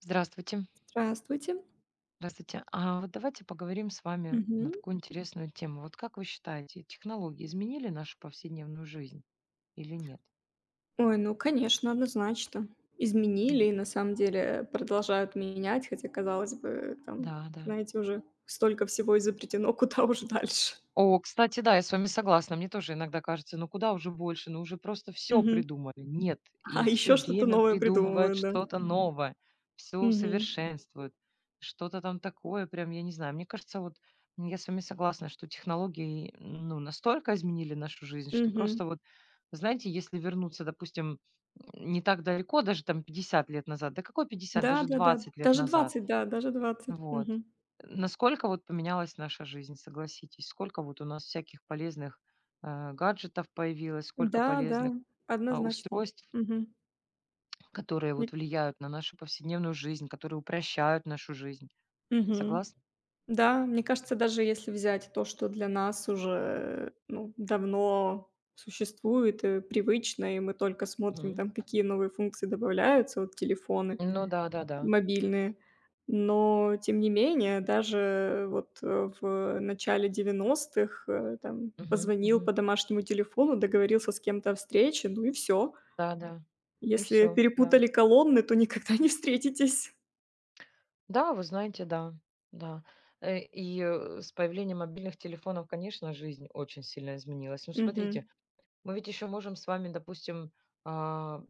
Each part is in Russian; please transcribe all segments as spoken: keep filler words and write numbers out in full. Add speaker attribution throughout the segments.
Speaker 1: Здравствуйте.
Speaker 2: Здравствуйте.
Speaker 1: Здравствуйте. А вот давайте поговорим с вами на
Speaker 2: Мгм.
Speaker 1: такую интересную тему. Вот как вы считаете, технологии изменили нашу повседневную жизнь или нет?
Speaker 2: Ой, ну, конечно, однозначно.
Speaker 1: Мгм.
Speaker 2: Изменили и на самом деле продолжают менять, хотя, казалось бы, там,
Speaker 1: Да, да.
Speaker 2: знаете, уже столько всего изобретено, куда уже дальше.
Speaker 1: О, кстати, да, я с вами согласна. Мне тоже иногда кажется, ну куда уже больше, ну уже просто все
Speaker 2: Мгм.
Speaker 1: придумали. Нет, и
Speaker 2: А
Speaker 1: все
Speaker 2: еще что-то
Speaker 1: время
Speaker 2: новое
Speaker 1: придумывают
Speaker 2: придумывают, да.
Speaker 1: что-то новое, все
Speaker 2: Мгм.
Speaker 1: усовершенствуют, что-то там такое, прям, я не знаю. Мне кажется, вот м, я с вами согласна, что технологии, ну, настолько изменили нашу жизнь, что
Speaker 2: Мгм.
Speaker 1: просто вот, знаете, если вернуться, допустим, м, не так далеко, даже там пятьдесят лет назад, да какой пятьдесят, даже
Speaker 2: Да-да-да.
Speaker 1: двадцать лет
Speaker 2: Даже
Speaker 1: назад,
Speaker 2: двадцать, да, даже двадцать.
Speaker 1: вот.
Speaker 2: Мгм.
Speaker 1: Насколько вот поменялась наша жизнь, согласитесь? Сколько вот у нас всяких полезных э, гаджетов появилось, сколько
Speaker 2: Да,
Speaker 1: полезных
Speaker 2: да,
Speaker 1: а,
Speaker 2: однозначно.
Speaker 1: устройств,
Speaker 2: Мгм.
Speaker 1: которые вот
Speaker 2: Ни
Speaker 1: влияют на нашу повседневную жизнь, которые упрощают нашу жизнь.
Speaker 2: Мгм.
Speaker 1: Согласны?
Speaker 2: Да, мне кажется, даже если взять то, что для нас уже, ну, давно существует и привычно, и мы только смотрим
Speaker 1: Мгм.
Speaker 2: там, какие новые функции добавляются, вот телефоны
Speaker 1: Ну да, да, да.
Speaker 2: мобильные. Но тем не менее, даже вот, э, в начале девяностых э, там
Speaker 1: Мгм,
Speaker 2: позвонил
Speaker 1: мгм.
Speaker 2: по домашнему телефону, договорился с кем-то о встрече, ну и все.
Speaker 1: Да, да. И
Speaker 2: Если
Speaker 1: все, да.
Speaker 2: перепутали колонны, то никогда не встретитесь.
Speaker 1: Да, вы знаете, да, да. Э, И э, с появлением мобильных телефонов, конечно, жизнь очень сильно изменилась. Ну, смотрите,
Speaker 2: Мгм.
Speaker 1: мы ведь еще можем с вами, допустим, а,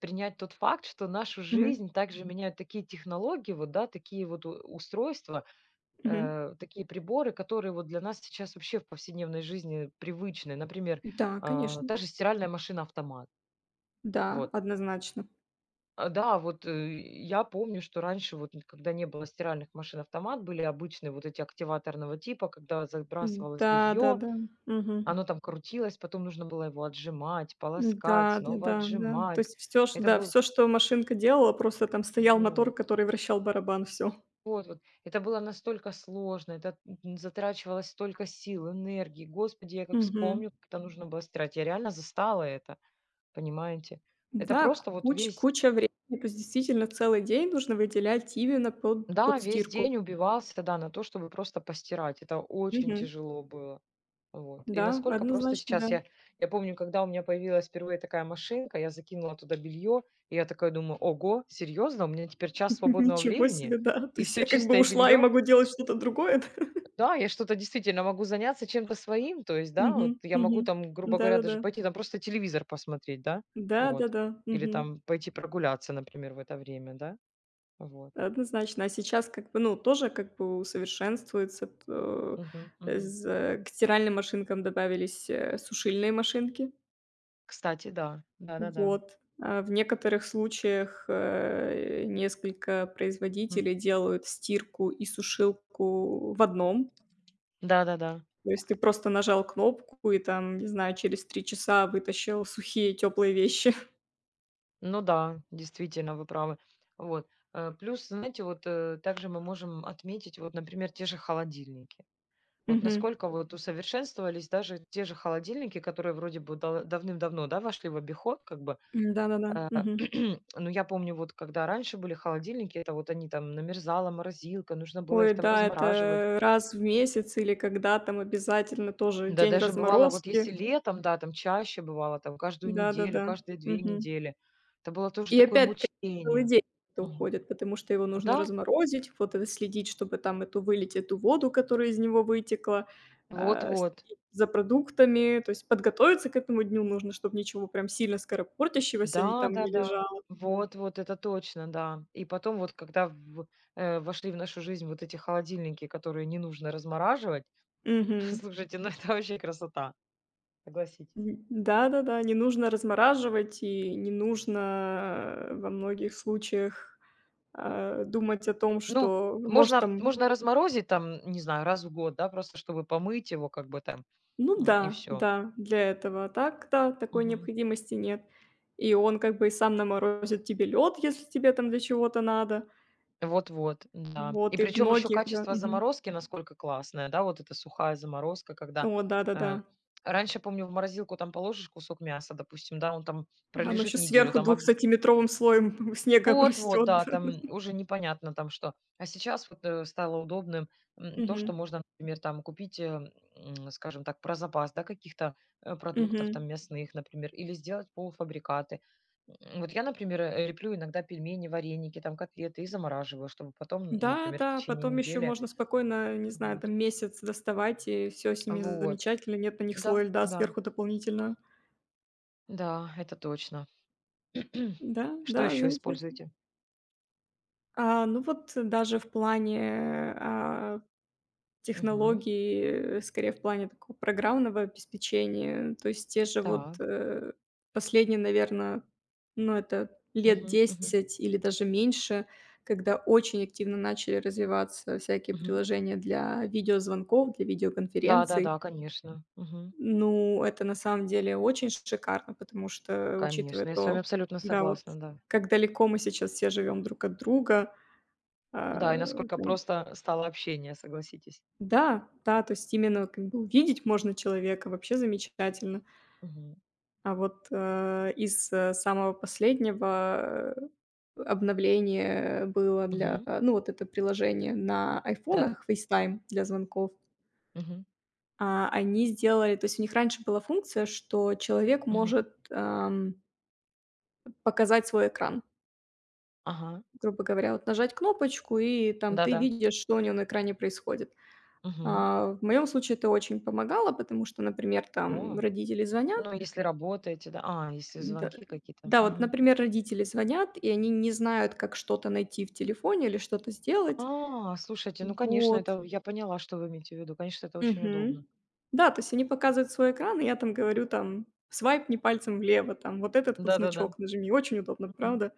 Speaker 1: принять тот факт, что нашу
Speaker 2: Мгм.
Speaker 1: жизнь также меняют такие технологии, вот, да, такие вот у- устройства,
Speaker 2: Мгм.
Speaker 1: э, такие приборы, которые вот для нас сейчас вообще в повседневной жизни привычны. Например,
Speaker 2: Да,
Speaker 1: а,
Speaker 2: конечно.
Speaker 1: та же стиральная машина-автомат.
Speaker 2: Да,
Speaker 1: Вот.
Speaker 2: однозначно.
Speaker 1: А, Да, вот э, я помню, что раньше, вот, н- когда не было стиральных машин-автомат, были обычные вот эти активаторного типа, когда забрасывалось белье,
Speaker 2: Да-да-да. Мгм.
Speaker 1: оно там крутилось, потом нужно было его отжимать, полоскать,
Speaker 2: Да-да-да,
Speaker 1: снова
Speaker 2: да. Да, да. Да. То
Speaker 1: отжимать.
Speaker 2: есть все ш
Speaker 1: Это
Speaker 2: да,
Speaker 1: был
Speaker 2: все, что машинка делала, просто там стоял мотор,
Speaker 1: вот,
Speaker 2: который вращал барабан, все.
Speaker 1: вот, вот. Это было настолько сложно, это м, затрачивалось столько сил, энергии. Господи, я как вспомню,
Speaker 2: Мгм.
Speaker 1: как это нужно было стирать. Я реально застала это, понимаете? Это
Speaker 2: Да, к
Speaker 1: просто вот
Speaker 2: куч
Speaker 1: весь,
Speaker 2: куча времени, то есть действительно целый день нужно выделять именно под
Speaker 1: да,
Speaker 2: под
Speaker 1: весь
Speaker 2: стирку.
Speaker 1: день убивался, да, на то, чтобы просто постирать. Это очень
Speaker 2: Мгм.
Speaker 1: тяжело было. Вот. И
Speaker 2: Да,
Speaker 1: насколько просто
Speaker 2: однозначно,
Speaker 1: сейчас
Speaker 2: да.
Speaker 1: я, я помню, когда у меня появилась впервые такая машинка, я закинула туда белье, и я такая думаю, ого, серьезно, у меня теперь час свободного
Speaker 2: Ничего
Speaker 1: времени,
Speaker 2: себе, да. То
Speaker 1: и
Speaker 2: есть
Speaker 1: все
Speaker 2: я как бы
Speaker 1: чистое
Speaker 2: ушла и
Speaker 1: белье.
Speaker 2: могу делать что-то другое, да?
Speaker 1: Да, я что-то действительно могу заняться чем-то своим, то есть, да, вот я могу
Speaker 2: Мгм.
Speaker 1: там, грубо говоря, даже
Speaker 2: Да-да-да.
Speaker 1: пойти там просто телевизор посмотреть, да, вот,
Speaker 2: Да-да-да.
Speaker 1: или
Speaker 2: Мгм.
Speaker 1: там пойти прогуляться, например, в это время, да, вот.
Speaker 2: Однозначно. А сейчас как бы, ну, тоже как бы усовершенствуется. То
Speaker 1: Мгм,
Speaker 2: э,
Speaker 1: мгм.
Speaker 2: з э, К стиральным машинкам добавились, э, сушильные машинки.
Speaker 1: Кстати, да, да-да-да.
Speaker 2: Вот. А в некоторых случаях, э, несколько
Speaker 1: М.
Speaker 2: производителей делают стирку и сушилку в одном.
Speaker 1: Да-да-да.
Speaker 2: То есть ты просто нажал кнопку и там, не знаю, через три часа вытащил сухие, теплые вещи.
Speaker 1: Ну да, действительно, вы правы. Вот. Э, Плюс, знаете, вот э, также мы можем отметить, вот, например, те же холодильники. Вот
Speaker 2: Мгм.
Speaker 1: насколько вот усовершенствовались даже те же холодильники, которые вроде бы дал- давным-давно, да, вошли в обиход, как бы.
Speaker 2: М, да-да-да.
Speaker 1: Э,
Speaker 2: Мгм.
Speaker 1: Ну, я помню, вот когда раньше были холодильники, это вот они там намерзала морозилка, нужно было их
Speaker 2: Ой,
Speaker 1: там
Speaker 2: да,
Speaker 1: размораживать.
Speaker 2: это раз в месяц или когда там обязательно тоже
Speaker 1: Да,
Speaker 2: день
Speaker 1: даже бывало, вот если
Speaker 2: разморозки.
Speaker 1: летом, да, там чаще бывало, там каждую неделю,
Speaker 2: Да-да-да.
Speaker 1: каждые две
Speaker 2: Мгм.
Speaker 1: недели. Это было тоже
Speaker 2: И
Speaker 1: такое
Speaker 2: опять-таки целый
Speaker 1: мучение.
Speaker 2: день это
Speaker 1: Мгм.
Speaker 2: уходит, потому что его нужно
Speaker 1: Да,
Speaker 2: разморозить, вот это следить, чтобы там эту вылить эту воду, которая из него вытекла, а,
Speaker 1: вот-вот.
Speaker 2: следить за продуктами. То есть подготовиться к этому дню нужно, чтобы ничего прям сильно скоропортящегося не там не
Speaker 1: Да-да-да.
Speaker 2: лежало.
Speaker 1: Вот-вот, это точно, да. И потом вот, когда в э, вошли в нашу жизнь вот эти холодильники, которые не нужно размораживать,
Speaker 2: Мгм.
Speaker 1: слушайте, ну это вообще красота, согласитесь.
Speaker 2: Мгм. Да-да-да, не нужно размораживать и не нужно, э, во многих случаях, а, думать о том,
Speaker 1: Ну,
Speaker 2: что может
Speaker 1: можно
Speaker 2: там.
Speaker 1: можно разморозить там, не знаю, раз в год, да, просто чтобы помыть его как бы там,
Speaker 2: Ну
Speaker 1: м, и
Speaker 2: да,
Speaker 1: все.
Speaker 2: да, для этого. А так, да, такой необходимости нет. И он как бы и сам наморозит тебе лед, если тебе там для чего-то надо.
Speaker 1: Вот-вот, да. И
Speaker 2: Вот, и в
Speaker 1: причем еще
Speaker 2: многих, да.
Speaker 1: качество
Speaker 2: Мгм.
Speaker 1: заморозки насколько классное, да, вот эта сухая заморозка, когда
Speaker 2: О да-да-да.
Speaker 1: э, раньше, помню, в морозилку там положишь кусок мяса, допустим, да, он там
Speaker 2: Оно
Speaker 1: пролежит
Speaker 2: еще
Speaker 1: неделю,
Speaker 2: сверху
Speaker 1: там
Speaker 2: двухсантиметровым слоем снега
Speaker 1: вот-вот,
Speaker 2: растет.
Speaker 1: да, там уже непонятно там что. А сейчас вот, э, стало удобным, м, то, что
Speaker 2: Мгм.
Speaker 1: можно, например, там купить, э, м, скажем так, про запас, да, каких-то, э, продуктов
Speaker 2: Мгм.
Speaker 1: там мясных, например, или сделать полуфабрикаты. М, вот я, например, э, леплю иногда пельмени, вареники, там котлеты и замораживаю, чтобы потом,
Speaker 2: Да,
Speaker 1: например, в
Speaker 2: да,
Speaker 1: течение
Speaker 2: потом еще
Speaker 1: недели.
Speaker 2: можно спокойно, не знаю,
Speaker 1: Вот.
Speaker 2: там месяц доставать, и все с ними
Speaker 1: Вот.
Speaker 2: замечательно, нет на них
Speaker 1: Да,
Speaker 2: слоя льда
Speaker 1: да,
Speaker 2: сверху дополнительно.
Speaker 1: да, это точно.
Speaker 2: Да,
Speaker 1: Что
Speaker 2: да,
Speaker 1: еще
Speaker 2: замечательно.
Speaker 1: используете?
Speaker 2: А, ну вот даже в плане, а,
Speaker 1: Мгм.
Speaker 2: технологий, э, скорее в плане такого программного обеспечения, то есть те же вот,
Speaker 1: Так.
Speaker 2: э, последние, наверное, ну, это лет
Speaker 1: Мгм, мгм,
Speaker 2: десять или даже меньше, когда очень активно начали развиваться всякие
Speaker 1: мгм.
Speaker 2: приложения для видеозвонков, для видеоконференций.
Speaker 1: Да-да-да, конечно. Мгм.
Speaker 2: Ну, это на самом деле очень шикарно, потому что, учитывая
Speaker 1: Конечно, я с вами
Speaker 2: то,
Speaker 1: абсолютно
Speaker 2: да, вот
Speaker 1: согласна, да.
Speaker 2: как далеко мы сейчас все живем друг от друга, а,
Speaker 1: Да, и насколько
Speaker 2: там.
Speaker 1: просто стало общение, согласитесь.
Speaker 2: Да, да, то есть именно как бы увидеть можно человека, вообще замечательно.
Speaker 1: Мгм.
Speaker 2: А вот, э, из, э, самого последнего, э, обновления было для
Speaker 1: Мгм.
Speaker 2: ну, вот это приложение на
Speaker 1: Да-да.
Speaker 2: айфонах FaceTime для звонков.
Speaker 1: Мгм.
Speaker 2: А, они сделали То есть у них раньше была функция, что человек
Speaker 1: Мгм.
Speaker 2: может, Показать свой экран.
Speaker 1: Ага.
Speaker 2: Грубо говоря, вот нажать кнопочку, и там ты
Speaker 1: Да-да.
Speaker 2: видишь, что у него на экране происходит.
Speaker 1: Мгм.
Speaker 2: А, в моем случае это очень помогало, потому что, например, там
Speaker 1: О,
Speaker 2: родители
Speaker 1: ну,
Speaker 2: звонят.
Speaker 1: если работаете, да. А, если
Speaker 2: Да,
Speaker 1: звонки какие-то.
Speaker 2: да, вот,
Speaker 1: Мгм.
Speaker 2: например, родители звонят, и они не знают, как что-то найти в телефоне или что-то сделать.
Speaker 1: А, слушайте, ну, конечно,
Speaker 2: Вот.
Speaker 1: это я поняла, что вы имеете в виду. Конечно, это очень
Speaker 2: Мгм.
Speaker 1: удобно.
Speaker 2: Да, то есть они показывают свой экран, и я там говорю там: "Свайпни пальцем влево, там вот этот вот
Speaker 1: Да-да-да.
Speaker 2: значок нажми". Очень удобно, правда?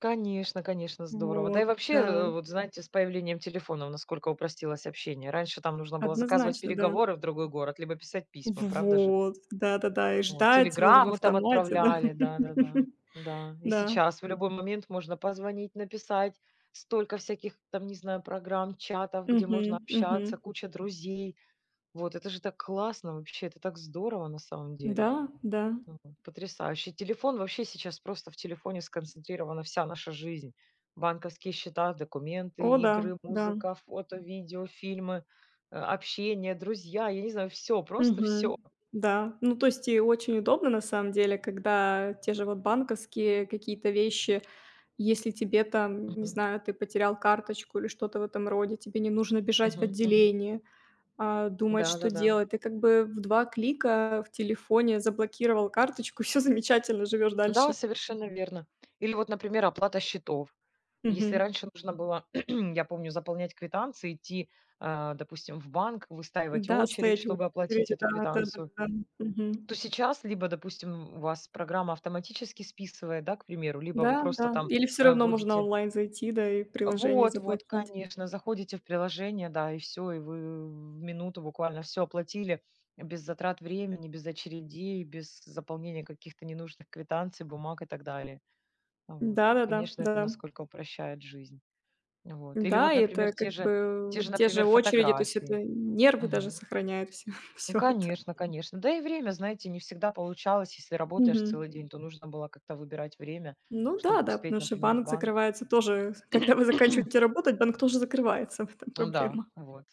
Speaker 1: Конечно, конечно, здорово. Да и
Speaker 2: Вот,
Speaker 1: вообще,
Speaker 2: да.
Speaker 1: э, вот знаете, с появлением телефонов, насколько упростилось общение. Раньше там нужно было заказывать
Speaker 2: Однозначно, да.
Speaker 1: переговоры в другой город, либо писать письма, правда же?
Speaker 2: вот, да-да-да, и
Speaker 1: Вот,
Speaker 2: ждать вот в
Speaker 1: телеграммы там
Speaker 2: автомате, да.
Speaker 1: отправляли, да-да-да. Да, да. Да, и
Speaker 2: Да.
Speaker 1: сейчас в любой момент можно позвонить, написать. Столько всяких там, не знаю, программ, чатов, где
Speaker 2: Мгм,
Speaker 1: можно
Speaker 2: мгм.
Speaker 1: общаться, куча друзей. Вот, это же так классно вообще, это так здорово на самом деле.
Speaker 2: Да, да.
Speaker 1: М, потрясающе. Телефон вообще сейчас просто в телефоне сконцентрирована вся наша жизнь. Банковские счета, документы,
Speaker 2: О да,
Speaker 1: игры,
Speaker 2: да.
Speaker 1: музыка, фото, видео, фильмы, э, общение, друзья, я не знаю, все, просто
Speaker 2: Мгм.
Speaker 1: все.
Speaker 2: Да. Ну, то есть и очень удобно на самом деле, когда те же вот банковские какие-то вещи, если тебе там, не
Speaker 1: Мгм.
Speaker 2: знаю, ты потерял карточку или что-то в этом роде, тебе не нужно бежать в
Speaker 1: Мгм. Мгм.
Speaker 2: отделение, а, думать,
Speaker 1: Да, да,
Speaker 2: что
Speaker 1: да.
Speaker 2: делать. Ты как бы в два клика в телефоне заблокировал карточку, все замечательно, живешь
Speaker 1: Да,
Speaker 2: дальше.
Speaker 1: совершенно верно. Или вот, например, оплата счетов. Если
Speaker 2: Мгм.
Speaker 1: раньше нужно было, я помню, заполнять квитанции, идти, а, допустим, в банк, выстаивать
Speaker 2: Да,
Speaker 1: очередь,
Speaker 2: стоять в
Speaker 1: чтобы оплатить
Speaker 2: очереди,
Speaker 1: эту
Speaker 2: да,
Speaker 1: квитанцию,
Speaker 2: да-да-да. Мгм.
Speaker 1: то сейчас либо, допустим, у вас программа автоматически списывает, да, к примеру, либо вы
Speaker 2: Да,
Speaker 1: просто
Speaker 2: да.
Speaker 1: там,
Speaker 2: Или всё
Speaker 1: э,
Speaker 2: равно можно
Speaker 1: вводите.
Speaker 2: онлайн зайти, да, и в приложении
Speaker 1: Вот, вот,
Speaker 2: заплатить.
Speaker 1: конечно, заходите в приложение, да, и все, и вы в минуту буквально все оплатили без затрат времени, без очередей, без заполнения каких-то ненужных квитанций, бумаг и так далее. Вот.
Speaker 2: Да-да-да,
Speaker 1: Конечно, это
Speaker 2: да.
Speaker 1: насколько упрощает жизнь. Вот. Или
Speaker 2: Да,
Speaker 1: вот,
Speaker 2: и это
Speaker 1: например, те
Speaker 2: как
Speaker 1: же
Speaker 2: бы
Speaker 1: те же,
Speaker 2: вот те же
Speaker 1: например,
Speaker 2: очереди, то есть это
Speaker 1: фотографии.
Speaker 2: нервы даже сохраняет всё
Speaker 1: Ну,
Speaker 2: всё это.
Speaker 1: конечно, конечно. Да и время, знаете, не всегда получалось. Если работаешь
Speaker 2: Мгм.
Speaker 1: целый день, то нужно было как-то выбирать время,
Speaker 2: Ну да,
Speaker 1: чтобы
Speaker 2: да,
Speaker 1: успеть,
Speaker 2: потому что
Speaker 1: например, в
Speaker 2: банк
Speaker 1: банк.
Speaker 2: закрывается тоже, когда вы заканчиваете работать, банк тоже закрывается, в этом
Speaker 1: Ну да,
Speaker 2: проблема.
Speaker 1: вот.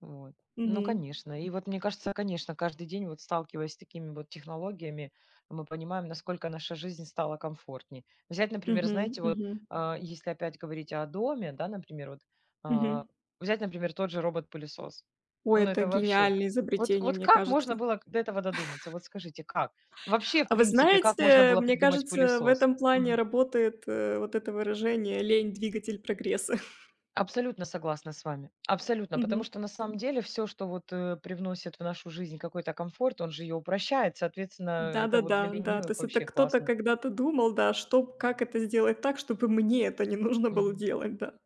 Speaker 1: Вот. Ну,
Speaker 2: Мгм.
Speaker 1: конечно. И вот мне кажется, конечно, каждый день, вот сталкиваясь с такими вот технологиями, мы понимаем, насколько наша жизнь стала комфортнее. Взять, например,
Speaker 2: Мгм,
Speaker 1: знаете, вот
Speaker 2: мгм,
Speaker 1: а, если опять говорить о доме, да, например, вот а,
Speaker 2: мгм.
Speaker 1: взять, например, тот же робот-пылесос.
Speaker 2: Ой,
Speaker 1: Ну,
Speaker 2: это
Speaker 1: это вообще.
Speaker 2: гениальное
Speaker 1: Вот,
Speaker 2: изобретение,
Speaker 1: вот
Speaker 2: мне
Speaker 1: как можно
Speaker 2: кажется.
Speaker 1: было до этого додуматься? Вот скажите, как? Вообще, в
Speaker 2: А вы
Speaker 1: принципе, как можно
Speaker 2: знаете,
Speaker 1: было
Speaker 2: мне
Speaker 1: придумать
Speaker 2: кажется, в
Speaker 1: пылесос?
Speaker 2: этом плане работает, э, вот это выражение "лень- двигатель прогресса".
Speaker 1: Абсолютно согласна с вами. Абсолютно. Потому
Speaker 2: Мгм.
Speaker 1: что на самом деле все, что вот, э, привносит в нашу жизнь какой-то комфорт, он же ее упрощает. Соответственно, это вот для
Speaker 2: Да-да-да, да. То
Speaker 1: ленивых
Speaker 2: есть это
Speaker 1: вообще
Speaker 2: кто-то
Speaker 1: классно.
Speaker 2: когда-то думал, да, что как это сделать так, чтобы мне это не нужно было
Speaker 1: Мгм.
Speaker 2: делать, да.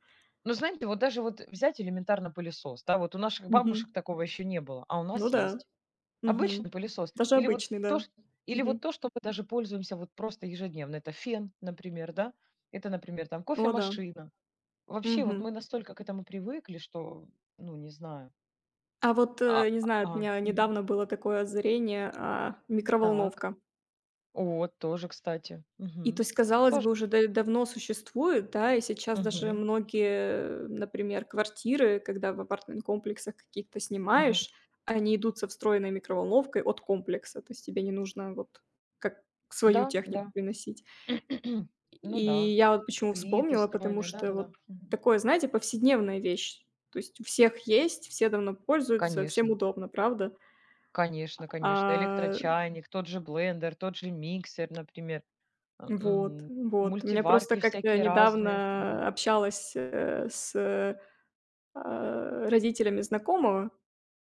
Speaker 1: Ну, знаете, вот даже вот взять элементарно пылесос, да, вот у наших
Speaker 2: Мгм.
Speaker 1: бабушек такого еще не было, а у
Speaker 2: Ну
Speaker 1: нас
Speaker 2: да.
Speaker 1: есть. Обычный
Speaker 2: Мгм.
Speaker 1: пылесос.
Speaker 2: Даже
Speaker 1: Или вот
Speaker 2: обычный,
Speaker 1: то,
Speaker 2: да.
Speaker 1: ш или вот
Speaker 2: Мгм.
Speaker 1: то, что мы даже пользуемся вот просто ежедневно. Это фен, например, да, это, например, там
Speaker 2: О да.
Speaker 1: кофемашина. Вообще вот
Speaker 2: Мгм.
Speaker 1: мы настолько к этому привыкли, что, ну, не знаю.
Speaker 2: А вот,
Speaker 1: А,
Speaker 2: э, не
Speaker 1: а,
Speaker 2: знаю,
Speaker 1: а,
Speaker 2: у меня
Speaker 1: мгм.
Speaker 2: недавно было такое озарение, а,
Speaker 1: Так.
Speaker 2: микроволновка.
Speaker 1: О, тоже, кстати.
Speaker 2: И то
Speaker 1: Мгм.
Speaker 2: есть, казалось
Speaker 1: Тоже.
Speaker 2: бы, уже да давно существует, да, и сейчас даже
Speaker 1: Мгм.
Speaker 2: многие, например, квартиры, когда в апартмент-комплексах каких-то
Speaker 1: Мгм.
Speaker 2: снимаешь, они идут со встроенной микроволновкой от комплекса, то есть тебе не нужно вот как
Speaker 1: Да,
Speaker 2: свою
Speaker 1: да.
Speaker 2: технику приносить.
Speaker 1: Ну
Speaker 2: И
Speaker 1: да,
Speaker 2: я вот почему
Speaker 1: плиты
Speaker 2: вспомнила, потому
Speaker 1: встроенные,
Speaker 2: что
Speaker 1: да-да-да.
Speaker 2: вот
Speaker 1: Мгм.
Speaker 2: такое, знаете, повседневная вещь. То есть у всех есть, все давно пользуются, всем
Speaker 1: Конечно,
Speaker 2: удобно, правда?
Speaker 1: конечно, конечно.
Speaker 2: А,
Speaker 1: Электрочайник, тот же блендер, тот же миксер, например, а,
Speaker 2: вот,
Speaker 1: м,
Speaker 2: вот. У меня просто
Speaker 1: мультиварки
Speaker 2: как-то
Speaker 1: всякие разные. Мгм.
Speaker 2: недавно общалась, э, с а, родителями знакомого,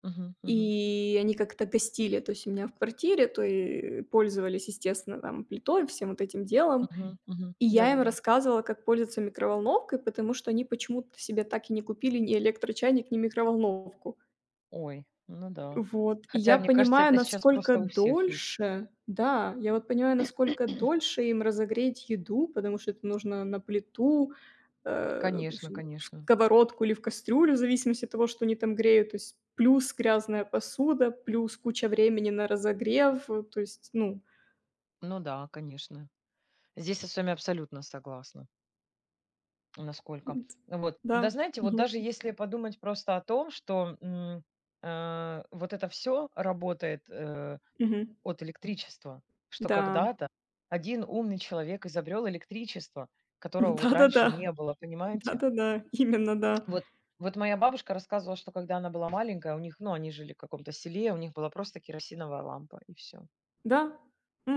Speaker 1: Мгм. Мгм.
Speaker 2: и они как-то гостили, то есть у меня в квартире, то и пользовались, естественно, там плитой, всем вот этим делом.
Speaker 1: Мгм. Мгм.
Speaker 2: И я им
Speaker 1: Да-да-да.
Speaker 2: рассказывала, как пользоваться микроволновкой, потому что они почему-то себе так и не купили ни электрочайник, ни микроволновку.
Speaker 1: Ой, ну да.
Speaker 2: Вот. И
Speaker 1: Хотя,
Speaker 2: я
Speaker 1: мне кажется,
Speaker 2: понимаю,
Speaker 1: это сейчас просто
Speaker 2: насколько
Speaker 1: у всех есть.
Speaker 2: дольше да, я вот понимаю, насколько дольше им разогреть еду, потому что это нужно на плиту, э, в
Speaker 1: Конечно,
Speaker 2: общем, в
Speaker 1: конечно.
Speaker 2: сковородку или в кастрюлю, в зависимости от того, что они там греют. То есть плюс грязная посуда, плюс куча времени на разогрев. э, То есть, ну,
Speaker 1: Ну да, конечно. Здесь я с вами абсолютно согласна. Насколько.
Speaker 2: м, т
Speaker 1: Вот.
Speaker 2: да.
Speaker 1: Да, знаете, вот
Speaker 2: Мгм.
Speaker 1: даже если подумать просто о том, что, м, э, вот это все работает, э,
Speaker 2: Мгм.
Speaker 1: от электричества, что
Speaker 2: Да.
Speaker 1: когда-то один умный человек изобрел электричество, которого вот раньше
Speaker 2: Да-да-да.
Speaker 1: не было, понимаете?
Speaker 2: Да-да-да. Именно, да.
Speaker 1: Вот вот моя бабушка рассказывала, что когда она была маленькая, у них, ну, они жили в каком-то селе, у них была просто керосиновая лампа и все
Speaker 2: Да.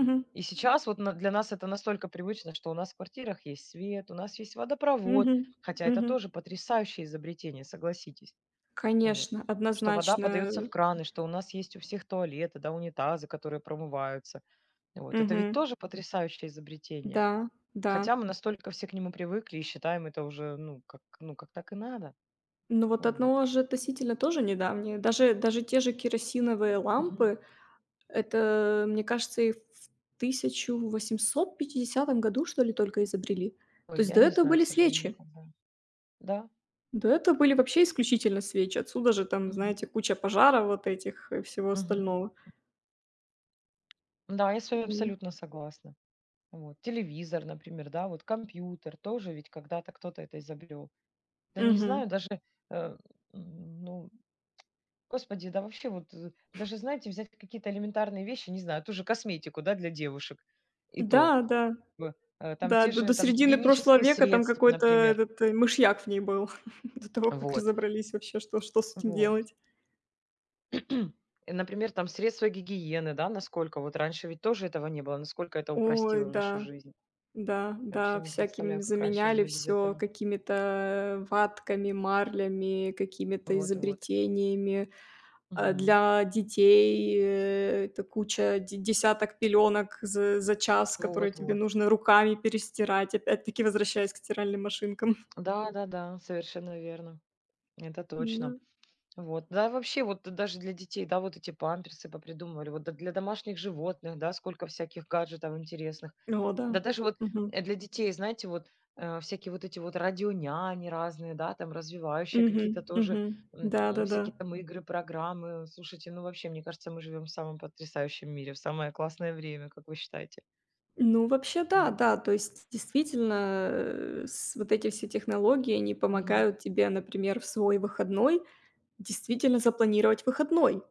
Speaker 1: вот. И сейчас вот на для нас это настолько привычно, что у нас в квартирах есть свет, у нас есть водопровод,
Speaker 2: Мгм.
Speaker 1: хотя это
Speaker 2: Мгм.
Speaker 1: тоже потрясающее изобретение, согласитесь. Вот.
Speaker 2: Конечно,
Speaker 1: Что вода подается в
Speaker 2: однозначно.
Speaker 1: краны, что у нас есть у всех туалеты, да, унитазы, которые промываются. Вот. Это ведь
Speaker 2: Мгм.
Speaker 1: тоже потрясающее изобретение.
Speaker 2: Да, да.
Speaker 1: Хотя мы настолько все к нему привыкли и считаем это уже, ну, как, ну, как так и надо.
Speaker 2: Ну вот
Speaker 1: Вот.
Speaker 2: одно же относительно тоже недавнее. Даже даже те же керосиновые
Speaker 1: Мгм.
Speaker 2: лампы, это, мне кажется, и в тысяча восемьсот пятидесятом году, что ли, только изобрели.
Speaker 1: Ой,
Speaker 2: То есть
Speaker 1: я
Speaker 2: до
Speaker 1: не
Speaker 2: этого
Speaker 1: знаю, к
Speaker 2: были
Speaker 1: сожалению,
Speaker 2: свечи.
Speaker 1: как, да. Да,
Speaker 2: До этого были
Speaker 1: да.
Speaker 2: вообще исключительно свечи. Отсюда же там,
Speaker 1: Мгм.
Speaker 2: знаете, куча пожаров вот этих и всего
Speaker 1: Мгм.
Speaker 2: остального.
Speaker 1: Да, я с вами
Speaker 2: М.
Speaker 1: абсолютно согласна. Вот, телевизор, например, да, вот компьютер тоже ведь когда-то кто-то это изобрел. Да не
Speaker 2: Мгм.
Speaker 1: знаю, даже, э, м, ну, господи, да вообще вот, э, даже, знаете, взять какие-то элементарные вещи, не знаю, ту же косметику, да, для девушек, и то,
Speaker 2: Да, да.
Speaker 1: б- э, там
Speaker 2: Да,
Speaker 1: те
Speaker 2: до до
Speaker 1: же там
Speaker 2: середины прошлого
Speaker 1: гигиенические
Speaker 2: века там
Speaker 1: средства,
Speaker 2: какой-то
Speaker 1: например,
Speaker 2: этот, э, мышьяк в ней был, до того, как
Speaker 1: вот,
Speaker 2: разобрались вообще, что что с этим
Speaker 1: вот.
Speaker 2: делать.
Speaker 1: И, например, там средства гигиены, да, насколько вот раньше ведь тоже этого не было, насколько это
Speaker 2: Ой,
Speaker 1: упростило нашу
Speaker 2: да,
Speaker 1: жизнь.
Speaker 2: да,
Speaker 1: Я вообще
Speaker 2: да,
Speaker 1: не представляю,
Speaker 2: всяким
Speaker 1: как раньше
Speaker 2: заменяли
Speaker 1: жили без
Speaker 2: все
Speaker 1: этого.
Speaker 2: какими-то ватками, марлями, какими-то
Speaker 1: Вот, вот.
Speaker 2: изобретениями. А
Speaker 1: Мгм.
Speaker 2: для детей, э, это куча де десяток пеленок за за час, которые
Speaker 1: Вот,
Speaker 2: тебе
Speaker 1: вот.
Speaker 2: нужно руками перестирать, опять-таки возвращаясь к стиральным машинкам.
Speaker 1: Да-да-да, совершенно верно. Это точно.
Speaker 2: Да.
Speaker 1: Вот. Да, вообще, вот даже для детей, да, вот эти памперсы попридумывали, вот д- для домашних животных, да, сколько всяких гаджетов интересных.
Speaker 2: О
Speaker 1: Да
Speaker 2: да.
Speaker 1: даже вот
Speaker 2: Мгм.
Speaker 1: э, для детей, знаете, вот э, всякие вот эти вот радионяни разные, да, там развивающие
Speaker 2: Мгм.
Speaker 1: какие-то тоже
Speaker 2: Мгм.
Speaker 1: м,
Speaker 2: Да-да-да.
Speaker 1: всякие там игры, программы. Слушайте, ну вообще, мне кажется, мы живем в самом потрясающем мире, в самое классное время, как вы считаете?
Speaker 2: Ну, вообще, да, да. То есть, действительно, э, с вот эти все технологии, они
Speaker 1: Мгм.
Speaker 2: помогают тебе, например, в свой выходной действительно запланировать выходной,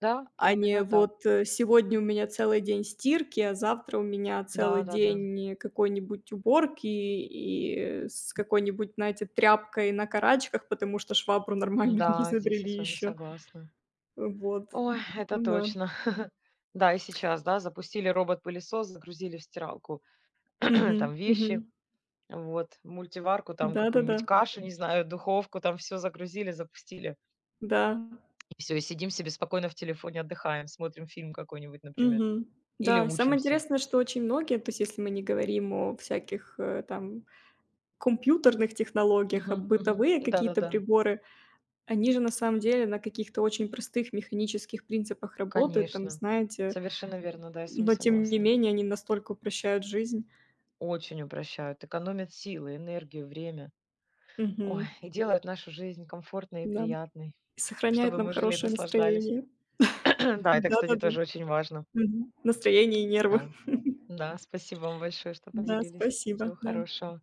Speaker 1: Да,
Speaker 2: а не
Speaker 1: именно так.
Speaker 2: вот, э, сегодня у меня целый день стирки, а завтра у меня
Speaker 1: Да,
Speaker 2: целый
Speaker 1: да, да.
Speaker 2: день какой-нибудь уборки и с какой-нибудь, знаете, тряпкой на карачках, потому что швабру нормальную не
Speaker 1: Да, здесь я
Speaker 2: изобрели
Speaker 1: с вами
Speaker 2: еще.
Speaker 1: согласна.
Speaker 2: Вот,
Speaker 1: Ой, это
Speaker 2: ну да.
Speaker 1: точно. Да, и сейчас, да, запустили робот-пылесос, загрузили в стиралку
Speaker 2: Мгм,
Speaker 1: там
Speaker 2: мгм.
Speaker 1: вещи, вот, мультиварку, там
Speaker 2: Да-да-да.
Speaker 1: какую-нибудь кашу, не знаю, духовку, там все загрузили, запустили.
Speaker 2: Да.
Speaker 1: И все, и сидим себе спокойно в телефоне, отдыхаем, смотрим фильм какой-нибудь, например,
Speaker 2: Мгм.
Speaker 1: или
Speaker 2: Да, и самое
Speaker 1: учимся.
Speaker 2: интересное, что очень многие, то есть если мы не говорим о всяких, э, там компьютерных технологиях, а
Speaker 1: Мгм, мгм.
Speaker 2: бытовые какие-то
Speaker 1: Да-да-да,
Speaker 2: приборы, они же на самом деле на каких-то очень простых механических принципах работают, там,
Speaker 1: конечно.
Speaker 2: знаете,
Speaker 1: Совершенно верно, да, я с вами
Speaker 2: но тем не
Speaker 1: согласна.
Speaker 2: менее они настолько упрощают жизнь.
Speaker 1: Очень упрощают, экономят силы, энергию, время. Ой,
Speaker 2: Мгм.
Speaker 1: и делают нашу жизнь комфортной и
Speaker 2: Да.
Speaker 1: приятной,
Speaker 2: И сохраняют
Speaker 1: чтобы
Speaker 2: нам
Speaker 1: мы жили и
Speaker 2: хорошее
Speaker 1: наслаждались.
Speaker 2: настроение.
Speaker 1: Да, это, кстати,
Speaker 2: Да-да-да.
Speaker 1: тоже очень важно.
Speaker 2: Мгм. Настроение и нервы.
Speaker 1: Да. Да, спасибо вам большое, что
Speaker 2: Да,
Speaker 1: поделились.
Speaker 2: спасибо,
Speaker 1: Всего
Speaker 2: да.
Speaker 1: хорошего.